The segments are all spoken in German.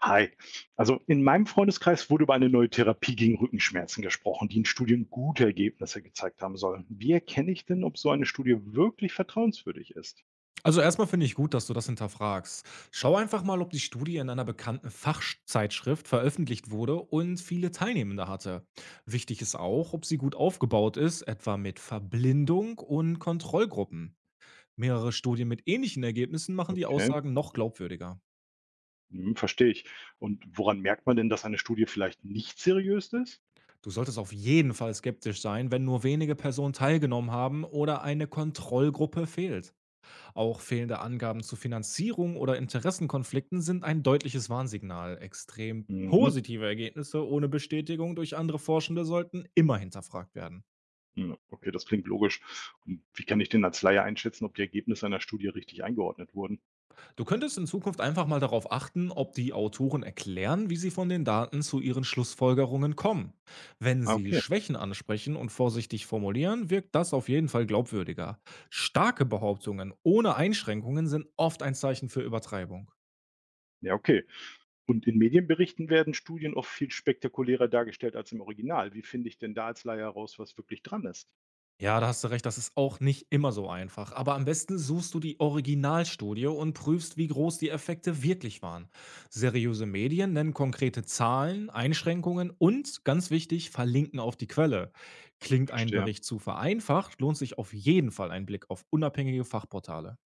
Hi. Also in meinem Freundeskreis wurde über eine neue Therapie gegen Rückenschmerzen gesprochen, die in Studien gute Ergebnisse gezeigt haben soll. Wie erkenne ich denn, ob so eine Studie wirklich vertrauenswürdig ist? Also erstmal finde ich gut, dass du das hinterfragst. Schau einfach mal, ob die Studie in einer bekannten Fachzeitschrift veröffentlicht wurde und viele Teilnehmende hatte. Wichtig ist auch, ob sie gut aufgebaut ist, etwa mit Verblindung und Kontrollgruppen. Mehrere Studien mit ähnlichen Ergebnissen machen die Okay, Aussagen noch glaubwürdiger. Verstehe ich. Und woran merkt man denn, dass eine Studie vielleicht nicht seriös ist? Du solltest auf jeden Fall skeptisch sein, wenn nur wenige Personen teilgenommen haben oder eine Kontrollgruppe fehlt. Auch fehlende Angaben zu Finanzierung oder Interessenkonflikten sind ein deutliches Warnsignal. Extrem Mhm. positive Ergebnisse ohne Bestätigung durch andere Forschende sollten immer hinterfragt werden. Okay, das klingt logisch. Und wie kann ich denn als Laie einschätzen, ob die Ergebnisse einer Studie richtig eingeordnet wurden? Du könntest in Zukunft einfach mal darauf achten, ob die Autoren erklären, wie sie von den Daten zu ihren Schlussfolgerungen kommen. Wenn Ah, sie okay. Schwächen ansprechen und vorsichtig formulieren, wirkt das auf jeden Fall glaubwürdiger. Starke Behauptungen ohne Einschränkungen sind oft ein Zeichen für Übertreibung. Ja, okay. Und in Medienberichten werden Studien oft viel spektakulärer dargestellt als im Original. Wie finde ich denn da als Laie heraus, was wirklich dran ist? Ja, da hast du recht, das ist auch nicht immer so einfach. Aber am besten suchst du die Originalstudie und prüfst, wie groß die Effekte wirklich waren. Seriöse Medien nennen konkrete Zahlen, Einschränkungen und, ganz wichtig, verlinken auf die Quelle. Klingt ein Verstehe. Bericht zu vereinfacht, lohnt sich auf jeden Fall ein Blick auf unabhängige Fachportale.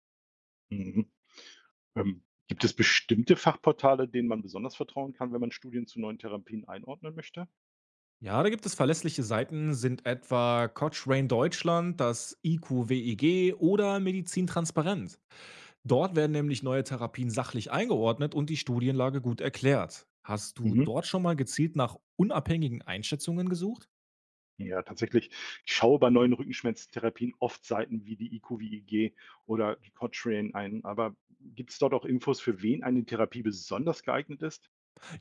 Mhm. Ähm, gibt es bestimmte Fachportale, denen man besonders vertrauen kann, wenn man Studien zu neuen Therapien einordnen möchte? Ja, da gibt es verlässliche Seiten, sind etwa Cochrane Deutschland, das IQWEG oder Medizin Transparent. Dort werden nämlich neue Therapien sachlich eingeordnet und die Studienlage gut erklärt. Hast du Mhm. dort schon mal gezielt nach unabhängigen Einschätzungen gesucht? Ja, tatsächlich. Ich schaue bei neuen Rückenschmerztherapien oft Seiten wie die IQVIG oder die Cochrane ein. Aber gibt es dort auch Infos, für wen eine Therapie besonders geeignet ist?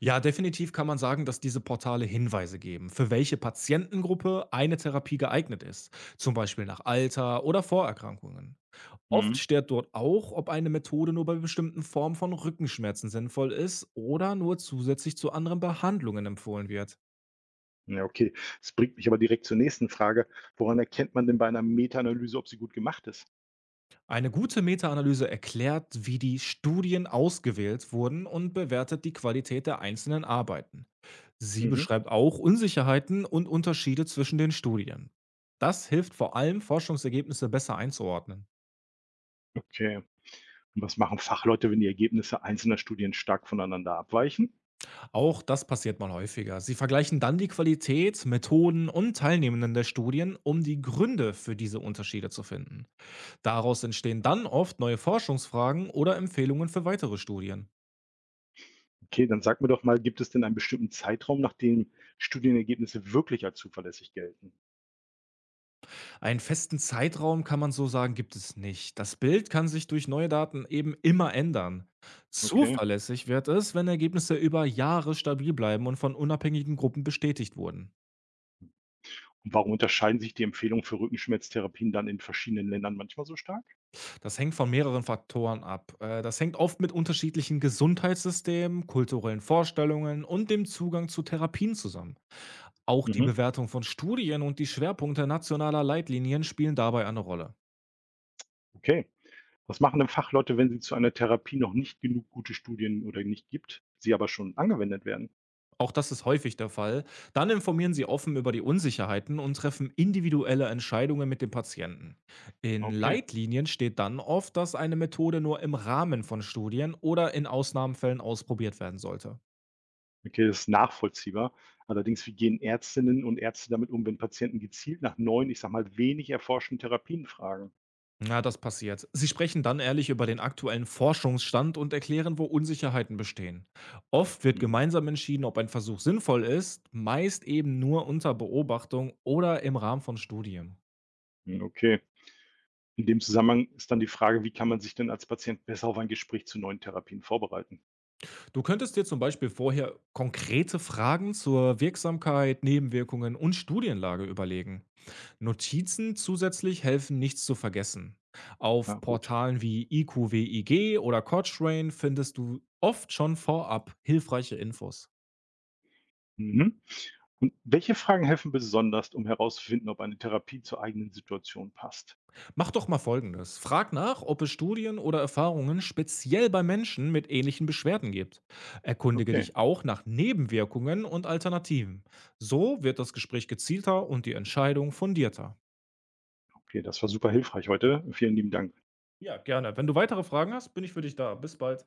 Ja, definitiv kann man sagen, dass diese Portale Hinweise geben, für welche Patientengruppe eine Therapie geeignet ist, zum Beispiel nach Alter oder Vorerkrankungen. Oft Mhm. steht dort auch, ob eine Methode nur bei bestimmten Formen von Rückenschmerzen sinnvoll ist oder nur zusätzlich zu anderen Behandlungen empfohlen wird. Ja, okay. Das bringt mich aber direkt zur nächsten Frage. Woran erkennt man denn bei einer Meta-Analyse, ob sie gut gemacht ist? Eine gute Metaanalyse erklärt, wie die Studien ausgewählt wurden und bewertet die Qualität der einzelnen Arbeiten. Sie Mhm. beschreibt auch Unsicherheiten und Unterschiede zwischen den Studien. Das hilft vor allem, Forschungsergebnisse besser einzuordnen. Okay. Und was machen Fachleute, wenn die Ergebnisse einzelner Studien stark voneinander abweichen? Auch das passiert mal häufiger. Sie vergleichen dann die Qualität, Methoden und Teilnehmenden der Studien, um die Gründe für diese Unterschiede zu finden. Daraus entstehen dann oft neue Forschungsfragen oder Empfehlungen für weitere Studien. Okay, dann sag mir doch mal, gibt es denn einen bestimmten Zeitraum, nach dem Studienergebnisse wirklich als zuverlässig gelten? Einen festen Zeitraum kann man so sagen, gibt es nicht. Das Bild kann sich durch neue Daten eben immer ändern. Okay. Zuverlässig wird es, wenn Ergebnisse über Jahre stabil bleiben und von unabhängigen Gruppen bestätigt wurden. Und warum unterscheiden sich die Empfehlungen für Rückenschmerztherapien dann in verschiedenen Ländern manchmal so stark? Das hängt von mehreren Faktoren ab. Das hängt oft mit unterschiedlichen Gesundheitssystemen, kulturellen Vorstellungen und dem Zugang zu Therapien zusammen. Auch die Mhm. Bewertung von Studien und die Schwerpunkte nationaler Leitlinien spielen dabei eine Rolle. Okay. Was machen denn Fachleute, wenn sie zu einer Therapie noch nicht genug gute Studien oder nicht gibt, sie aber schon angewendet werden? Auch das ist häufig der Fall. Dann informieren Sie offen über die Unsicherheiten und treffen individuelle Entscheidungen mit dem Patienten. In Okay. Leitlinien steht dann oft, dass eine Methode nur im Rahmen von Studien oder in Ausnahmefällen ausprobiert werden sollte. Okay, das ist nachvollziehbar. Allerdings, wie gehen Ärztinnen und Ärzte damit um, wenn Patienten gezielt nach neuen, ich sag mal, wenig erforschten Therapien fragen? Ja, das passiert. Sie sprechen dann ehrlich über den aktuellen Forschungsstand und erklären, wo Unsicherheiten bestehen. Oft wird Hm, gemeinsam entschieden, ob ein Versuch sinnvoll ist, meist eben nur unter Beobachtung oder im Rahmen von Studien. Okay. In dem Zusammenhang ist dann die Frage, wie kann man sich denn als Patient besser auf ein Gespräch zu neuen Therapien vorbereiten? Du könntest dir zum Beispiel vorher konkrete Fragen zur Wirksamkeit, Nebenwirkungen und Studienlage überlegen. Notizen zusätzlich helfen, nichts zu vergessen. Ja, Auf gut. Portalen wie IQWIG oder Cochrane findest du oft schon vorab hilfreiche Infos. Mhm. Und welche Fragen helfen besonders, um herauszufinden, ob eine Therapie zur eigenen Situation passt? Mach doch mal folgendes. Frag nach, ob es Studien oder Erfahrungen speziell bei Menschen mit ähnlichen Beschwerden gibt. Erkundige Okay, dich auch nach Nebenwirkungen und Alternativen. So wird das Gespräch gezielter und die Entscheidung fundierter. okay, das war super hilfreich heute. Vielen lieben Dank. Ja, gerne. Wenn du weitere Fragen hast, bin ich für dich da. Bis bald.